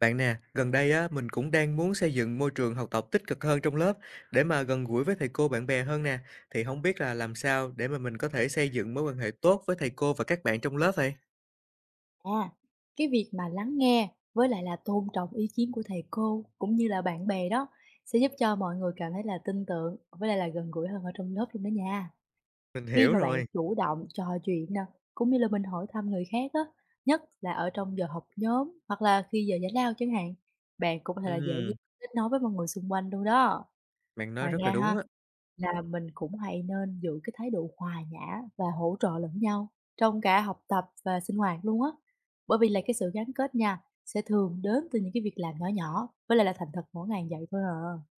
Bạn nè, gần đây á, mình cũng đang muốn xây dựng môi trường học tập tích cực hơn trong lớp để mà gần gũi với thầy cô bạn bè hơn nè. Thì không biết là làm sao để mà mình có thể xây dựng mối quan hệ tốt với thầy cô và các bạn trong lớp vậy? À, cái việc mà lắng nghe với lại là tôn trọng ý kiến của thầy cô cũng như là bạn bè đó sẽ giúp cho mọi người cảm thấy là tin tưởng với lại là gần gũi hơn ở trong lớp luôn đó nha. Mình Khi hiểu mà bạn rồi. chủ động trò chuyện nè, cũng như là mình hỏi thăm người khác á, nhất là ở trong giờ học nhóm hoặc là khi giờ giải lao chẳng hạn, bạn cũng có thể là dễ dàng Ừm, kết nối với mọi người xung quanh luôn đó. bạn nói Ngoài rất là ra ha, đúng á. là mình cũng hãy nên giữ cái thái độ hòa nhã và hỗ trợ lẫn nhau trong cả học tập và sinh hoạt luôn á. Bởi vì là cái sự gắn kết nha, sẽ thường đến từ những cái việc làm nhỏ nhỏ, với lại là thành thật mỗi ngày vậy thôi à.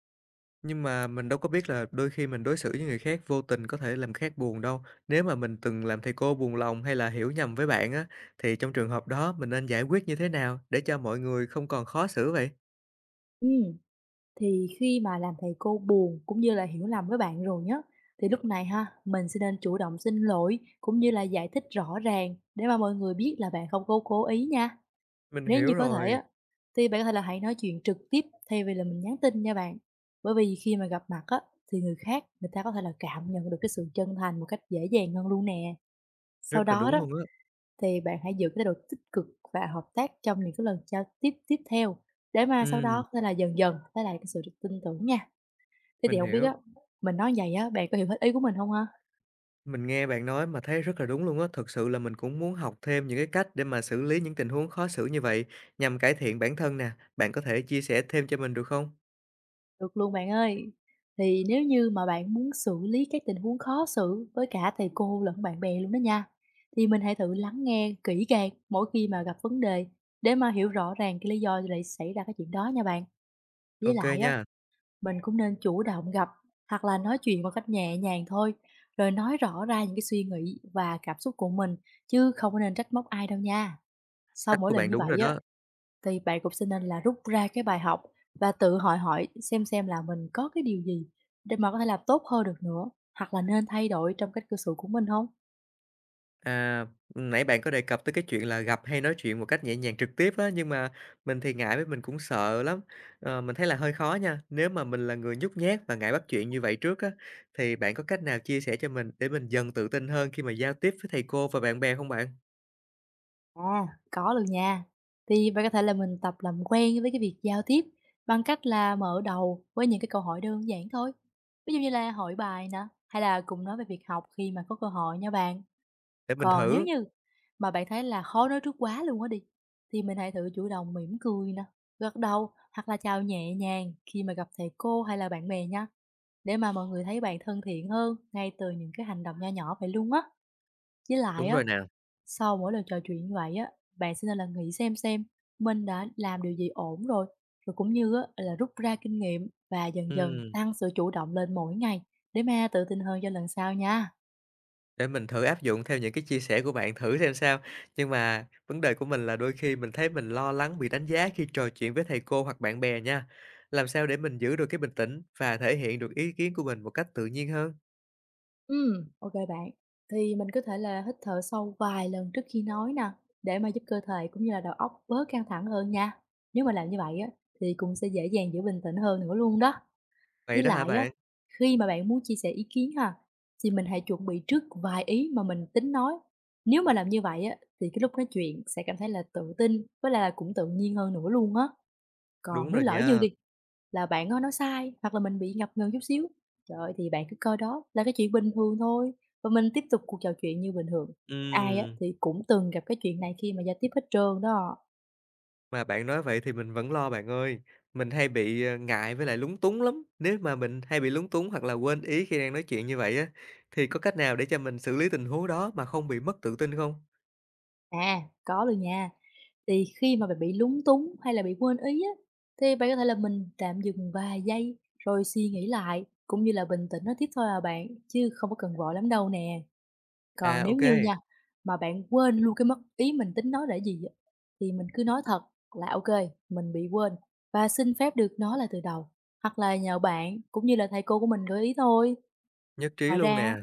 Nhưng mà mình đâu có biết là đôi khi mình đối xử với người khác vô tình có thể làm khác buồn đâu. Nếu mà mình từng làm thầy cô buồn lòng hay là hiểu nhầm với bạn á, thì trong trường hợp đó mình nên giải quyết như thế nào để cho mọi người không còn khó xử vậy? Ừm, thì khi mà làm thầy cô buồn cũng như là hiểu lầm với bạn rồi nhá, thì lúc này ha, mình sẽ nên chủ động xin lỗi cũng như là giải thích rõ ràng để mà mọi người biết là bạn không có cố ý nha. Mình Nếu như hiểu có thể rồi, á, thì bạn có thể là hãy nói chuyện trực tiếp thay vì là mình nhắn tin nha bạn. Bởi vì khi mà gặp mặt á, thì người khác người ta có thể là cảm nhận được cái sự chân thành một cách dễ dàng hơn luôn nè. rất Sau là đó đúng đó luôn á. thì bạn hãy giữ cái thái độ tích cực và hợp tác trong những cái lần giao tiếp tiếp theo để mà sau đó Ừm, có thể là dần dần lấy lại cái sự tin tưởng nha. Thế thì mình không biết hiểu. á, mình nói vậy á, bạn có hiểu hết ý của mình không ha? Mình nghe bạn nói mà thấy rất là đúng luôn á, thực sự là mình cũng muốn học thêm những cái cách để mà xử lý những tình huống khó xử như vậy nhằm cải thiện bản thân nè. Bạn có thể chia sẻ thêm cho mình được không? Được luôn bạn ơi. Thì nếu như mà bạn muốn xử lý các tình huống khó xử với cả thầy cô lẫn bạn bè luôn đó nha, thì mình hãy thử lắng nghe kỹ càng mỗi khi mà gặp vấn đề để mà hiểu rõ ràng cái lý do lại xảy ra cái chuyện đó nha bạn. Với OK lại á, nha, mình cũng nên chủ động gặp hoặc là nói chuyện một cách nhẹ nhàng thôi, rồi nói rõ ra những cái suy nghĩ và cảm xúc của mình chứ không có nên trách móc ai đâu nha. Sau cách mỗi của lần bạn như đúng rồi vậy á, đó. thì bạn cũng sẽ nên là rút ra cái bài học và tự hỏi hỏi xem là mình có cái điều gì để mà có thể làm tốt hơn được nữa, hoặc là nên thay đổi trong cách cư xử của mình không. À, nãy bạn có đề cập tới cái chuyện là gặp hay nói chuyện một cách nhẹ nhàng trực tiếp á, nhưng mà mình thì ngại với mình cũng sợ lắm, mình thấy là hơi khó nha. Nếu mà mình là người nhút nhát và ngại bắt chuyện như vậy trước á, thì bạn có cách nào chia sẻ cho mình để mình dần tự tin hơn khi mà giao tiếp với thầy cô và bạn bè không bạn? À. Có luôn nha. Thì bạn có thể là mình tập làm quen với cái việc giao tiếp bằng cách là mở đầu với những cái câu hỏi đơn giản thôi, ví dụ như là hỏi bài nè, hay là cùng nói về việc học khi mà có cơ hội nha bạn. Để mình Còn nếu thử. như mà bạn thấy là khó nói trước quá luôn á đi, thì mình hãy thử chủ động mỉm cười nè, gật đầu hoặc là chào nhẹ nhàng khi mà gặp thầy cô hay là bạn bè nha, để mà mọi người thấy bạn thân thiện hơn ngay từ những cái hành động nho nhỏ vậy luôn á. Với lại Đúng á, rồi nè, sau mỗi lần trò chuyện như vậy á, bạn sẽ nên là nghĩ xem mình đã làm điều gì ổn rồi, rồi cũng như á, là rút ra kinh nghiệm và dần dần ừ. tăng sự chủ động lên mỗi ngày để mà tự tin hơn cho lần sau nha. Để mình thử áp dụng theo những cái chia sẻ của bạn thử xem sao. Nhưng mà vấn đề của mình là đôi khi mình thấy mình lo lắng bị đánh giá khi trò chuyện với thầy cô hoặc bạn bè nha. Làm sao để mình giữ được cái bình tĩnh và thể hiện được ý kiến của mình một cách tự nhiên hơn? Ừm, ok bạn. Thì mình có thể là hít thở sâu vài lần trước khi nói nè, để mà giúp cơ thể cũng như là đầu óc bớt căng thẳng hơn nha. Nếu mà làm như vậy á, thì cũng sẽ dễ dàng giữ bình tĩnh hơn nữa luôn đó. Vậy Với đó hả lại á, bạn? khi mà bạn muốn chia sẻ ý kiến ha, thì mình hãy chuẩn bị trước vài ý mà mình tính nói. Nếu mà làm như vậy á, thì cái lúc nói chuyện sẽ cảm thấy là tự tin với lại là cũng tự nhiên hơn nữa luôn á. Còn Đúng nếu rồi lỡ như nha. đi là bạn đó nói sai hoặc là mình bị ngập ngừng chút xíu. Trời ơi, thì bạn cứ coi đó là cái chuyện bình thường thôi và mình tiếp tục cuộc trò chuyện như bình thường. Ai á Ừm, thì cũng từng gặp cái chuyện này khi mà giao tiếp hết trơn đó. mà bạn nói vậy thì mình vẫn lo bạn ơi. Mình hay bị ngại với lại lúng túng lắm. Nếu mà mình hay bị lúng túng hoặc là quên ý khi đang nói chuyện như vậy á, thì có cách nào để cho mình xử lý tình huống đó mà không bị mất tự tin không? À, có luôn nha. Thì khi mà bạn bị lúng túng hay là bị quên ý á, thì bạn có thể là mình tạm dừng vài giây rồi suy nghĩ lại cũng như là bình tĩnh nói tiếp thôi à bạn, chứ không có cần vội lắm đâu nè. Còn À nếu ok, như nha, mà bạn quên luôn cái mất ý mình tính nói để gì á, thì mình cứ nói thật là ok, mình bị quên và xin phép được nói lại từ đầu, hoặc là nhờ bạn cũng như là thầy cô của mình gợi ý thôi. nhất trí Ngoài luôn ra nè. á,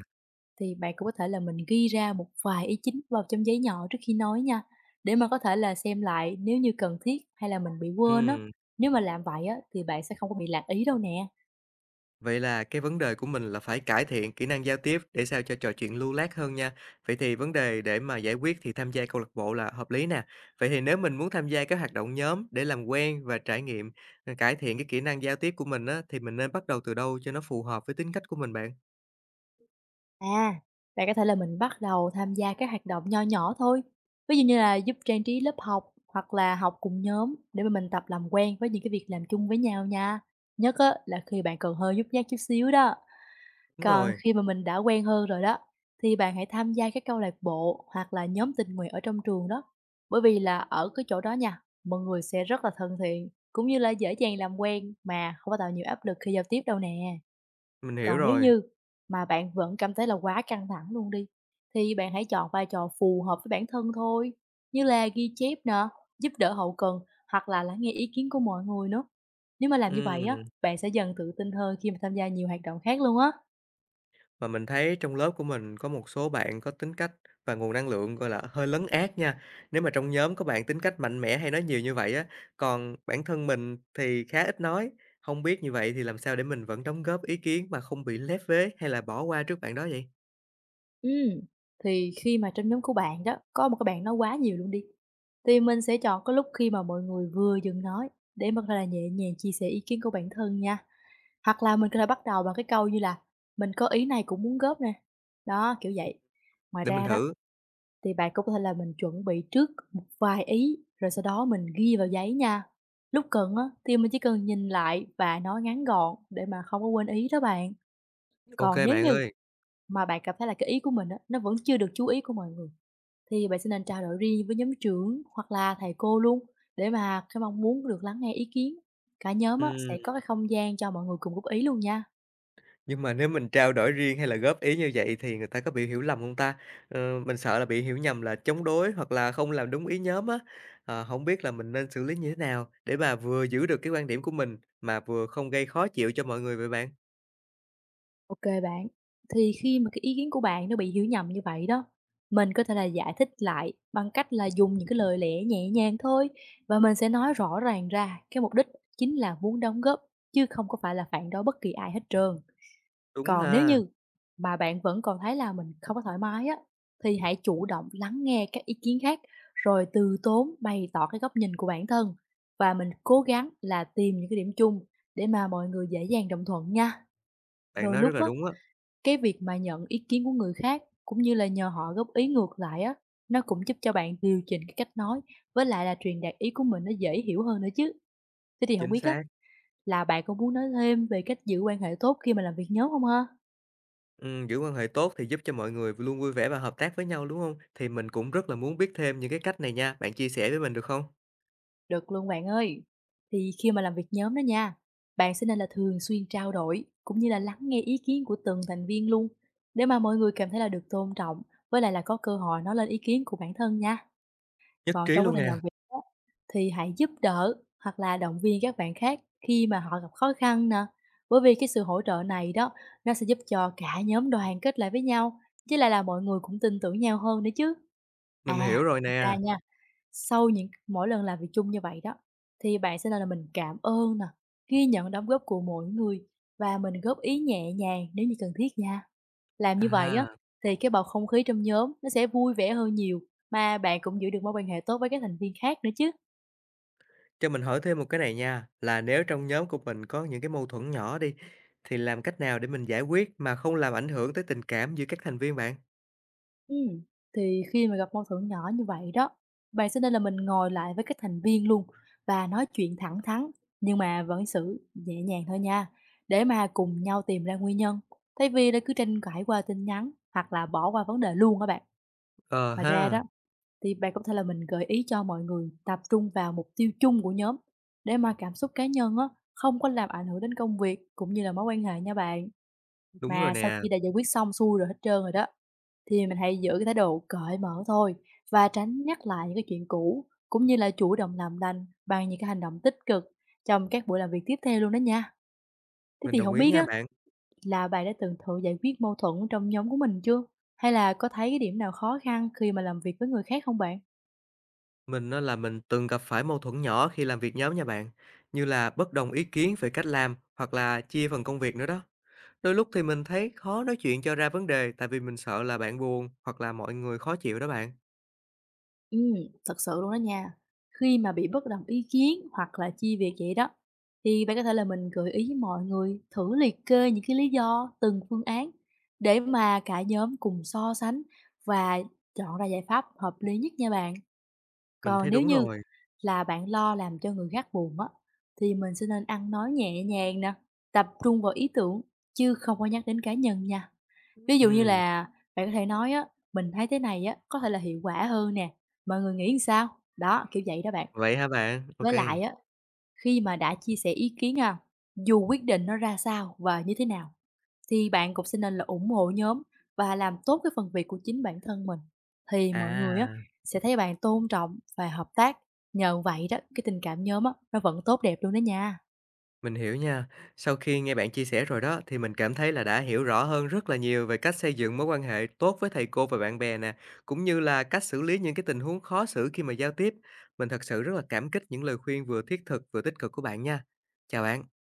thì bạn cũng có thể là mình ghi ra một vài ý chính vào trong giấy nhỏ trước khi nói nha, để mà có thể là xem lại nếu như cần thiết hay là mình bị quên á. Ừm. Nếu mà làm vậy á, thì bạn sẽ không có bị lạc ý đâu nè. Vậy là cái vấn đề của mình là phải cải thiện kỹ năng giao tiếp để sao cho trò chuyện lưu loát hơn nha. Vậy thì vấn đề để mà giải quyết thì tham gia câu lạc bộ là hợp lý nè. Vậy thì nếu mình muốn tham gia các hoạt động nhóm để làm quen và trải nghiệm, cải thiện cái kỹ năng giao tiếp của mình á, thì mình nên bắt đầu từ đâu cho nó phù hợp với tính cách của mình bạn? À, bạn có thể là mình bắt đầu tham gia các hoạt động nho nhỏ thôi. Ví dụ như là giúp trang trí lớp học hoặc là học cùng nhóm để mà mình tập làm quen với những cái việc làm chung với nhau nha. Nhất á, là khi bạn còn hơi nhút nhát chút xíu đó. Đúng Còn rồi, khi mà mình đã quen hơn rồi đó, thì bạn hãy tham gia các câu lạc bộ hoặc là nhóm tình nguyện ở trong trường đó. Bởi vì là ở cái chỗ đó nha, mọi người sẽ rất là thân thiện, cũng như là dễ dàng làm quen mà không có tạo nhiều áp lực khi giao tiếp đâu nè. mình hiểu Còn nếu rồi. như mà bạn vẫn cảm thấy là quá căng thẳng luôn đi, thì bạn hãy chọn vai trò phù hợp với bản thân thôi, như là ghi chép nè, giúp đỡ hậu cần hoặc là lắng nghe ý kiến của mọi người nữa. Nếu mà làm như vậy á, Ừm. bạn sẽ dần tự tin hơn khi mà tham gia nhiều hoạt động khác luôn á. Và mình thấy trong lớp của mình có một số bạn có tính cách và nguồn năng lượng, gọi là, hơi lấn át nha. Nếu mà trong nhóm có bạn tính cách mạnh mẽ hay nói nhiều như vậy á, còn bản thân mình thì khá ít nói. Không biết như vậy thì làm sao để mình vẫn đóng góp ý kiến mà không bị lép vế hay là bỏ qua trước bạn đó vậy? Ừm, thì khi mà trong nhóm của bạn đó, có một cái bạn nói quá nhiều luôn đi, thì mình sẽ chọn cái lúc khi mà mọi người vừa dừng nói để mà có thể là nhẹ nhàng chia sẻ ý kiến của bản thân nha. Hoặc là mình có thể bắt đầu bằng cái câu như là "Mình có ý này cũng muốn góp nè." Đó, kiểu vậy. Ngoài Để mình ra đó, thử. thì bạn cũng có thể là mình chuẩn bị trước một vài ý, rồi sau đó mình ghi vào giấy nha. Lúc cần á, thì mình chỉ cần nhìn lại và nói ngắn gọn để mà không có quên ý đó bạn. Ok Còn nếu bạn như ơi. mà bạn cảm thấy là cái ý của mình á, nó vẫn chưa được chú ý của mọi người, thì bạn sẽ nên trao đổi riêng với nhóm trưởng hoặc là thầy cô luôn, để mà cái mong muốn được lắng nghe ý kiến. Cả nhóm á, sẽ có cái không gian cho mọi người cùng góp ý luôn nha. Nhưng mà nếu mình trao đổi riêng hay là góp ý như vậy thì người ta có bị hiểu lầm không ta? Ờ, mình sợ là bị hiểu nhầm là chống đối hoặc là không làm đúng ý nhóm á. Ờ, hổng biết là mình nên xử lý như thế nào để mà vừa giữ được cái quan điểm của mình mà vừa không gây khó chịu cho mọi người vậy bạn? Ok bạn, thì khi mà cái ý kiến của bạn nó bị hiểu nhầm như vậy đó, mình có thể là giải thích lại bằng cách là dùng những cái lời lẽ nhẹ nhàng thôi và mình sẽ nói rõ ràng ra cái mục đích chính là muốn đóng góp, chứ không có phải là phản đối bất kỳ ai hết trơn. Đúng Còn nếu ha, như mà bạn vẫn còn thấy là mình không có thoải mái á, thì hãy chủ động lắng nghe các ý kiến khác, rồi từ tốn bày tỏ cái góc nhìn của bản thân và mình cố gắng là tìm những cái điểm chung để mà mọi người dễ dàng đồng thuận nha. bạn Đôi nói rất lúc là á, đúng á, cái việc mà nhận ý kiến của người khác cũng như là nhờ họ góp ý ngược lại á, nó cũng giúp cho bạn điều chỉnh cái cách nói với lại là truyền đạt ý của mình nó dễ hiểu hơn nữa chứ. Thế thì không chính biết á, xác. là bạn có muốn nói thêm về cách giữ quan hệ tốt khi mà làm việc nhóm không ha? Giữ quan hệ tốt thì giúp cho mọi người luôn vui vẻ và hợp tác với nhau, đúng không? Thì mình cũng rất là muốn biết thêm những cái cách này nha, bạn chia sẻ với mình được không? Được luôn bạn ơi. Thì khi mà làm việc nhóm đó nha, bạn sẽ nên là thường xuyên trao đổi cũng như là lắng nghe ý kiến của từng thành viên luôn, để mà mọi người cảm thấy là được tôn trọng với lại là có cơ hội nói lên ý kiến của bản thân nha. Nhất Còn trí trong quá luôn trình nè, làm việc đó, thì hãy giúp đỡ hoặc là động viên các bạn khác khi mà họ gặp khó khăn nè. Bởi vì cái sự hỗ trợ này đó, nó sẽ giúp cho cả nhóm đoàn kết lại với nhau, chứ lại là mọi người cũng tin tưởng nhau hơn nữa chứ. mình À, hiểu rồi ra nè. nha, sau những mỗi lần làm việc chung như vậy đó, thì bạn sẽ là mình cảm ơn nè, ghi nhận đóng góp của mỗi người và mình góp ý nhẹ nhàng nếu như cần thiết nha. Làm như vậy á, À. thì cái bầu không khí trong nhóm nó sẽ vui vẻ hơn nhiều, mà bạn cũng giữ được mối quan hệ tốt với các thành viên khác nữa chứ. Cho mình hỏi thêm một cái này nha, là nếu trong nhóm của mình có những cái mâu thuẫn nhỏ đi, thì làm cách nào để mình giải quyết mà không làm ảnh hưởng tới tình cảm giữa các thành viên bạn? Ừm, thì khi mà gặp mâu thuẫn nhỏ như vậy đó, bạn sẽ nên là mình ngồi lại với các thành viên luôn và nói chuyện thẳng thắn, nhưng mà vẫn xử nhẹ nhàng thôi nha, để mà cùng nhau tìm ra nguyên nhân. Thay vì là cứ tranh cãi qua tin nhắn hoặc là bỏ qua vấn đề luôn các bạn. Ờ Ngoài ra ha, đó, thì bạn có thể là mình gợi ý cho mọi người tập trung vào mục tiêu chung của nhóm, để mà cảm xúc cá nhân á không có làm ảnh hưởng đến công việc cũng như là mối quan hệ nha bạn. đúng rồi Mà sau nè, khi đã giải quyết xong xuôi rồi hết trơn rồi đó, thì mình hãy giữ cái thái độ cởi mở thôi và tránh nhắc lại những cái chuyện cũ, cũng như là chủ động làm lành bằng những cái hành động tích cực trong các buổi làm việc tiếp theo luôn đó nha. Thế mình thì đồng không ý biết nha á, bạn. là bạn đã từng thử giải quyết mâu thuẫn trong nhóm của mình chưa? Hay là có thấy cái điểm nào khó khăn khi mà làm việc với người khác không bạn? Mình á là mình từng gặp phải mâu thuẫn nhỏ khi làm việc nhóm nha bạn, như là bất đồng ý kiến về cách làm hoặc là chia phần công việc nữa đó. Đôi lúc thì mình thấy khó nói chuyện cho ra vấn đề tại vì mình sợ là bạn buồn hoặc là mọi người khó chịu đó bạn. Ừm, Thật sự luôn đó nha. Khi mà bị bất đồng ý kiến hoặc là chia việc vậy đó, thì bạn có thể là mình gợi ý với mọi người thử liệt kê những cái lý do từng phương án, để mà cả nhóm cùng so sánh và chọn ra giải pháp hợp lý nhất nha bạn. Mình Còn thấy nếu đúng như rồi. là bạn lo làm cho người khác buồn á, thì mình sẽ nên ăn nói nhẹ nhàng nè, tập trung vào ý tưởng chứ không có nhắc đến cá nhân nha. Ví dụ như Ừ, là bạn có thể nói á, "Mình thấy thế này á, có thể là hiệu quả hơn nè, mọi người nghĩ sao?" Đó, kiểu vậy đó bạn. vậy hả bạn? Ok. Với lại á, khi mà đã chia sẻ ý kiến ha, dù quyết định nó ra sao và như thế nào, thì bạn cũng sẽ nên là ủng hộ nhóm và làm tốt cái phần việc của chính bản thân mình, thì mọi người á, À. sẽ thấy bạn tôn trọng và hợp tác. Nhờ vậy đó, cái tình cảm nhóm á, nó vẫn tốt đẹp luôn đó nha. Mình hiểu nha. Sau khi nghe bạn chia sẻ rồi đó thì mình cảm thấy là đã hiểu rõ hơn rất là nhiều về cách xây dựng mối quan hệ tốt với thầy cô và bạn bè nè, cũng như là cách xử lý những cái tình huống khó xử khi mà giao tiếp. Mình thật sự rất là cảm kích những lời khuyên vừa thiết thực vừa tích cực của bạn nha. Chào bạn.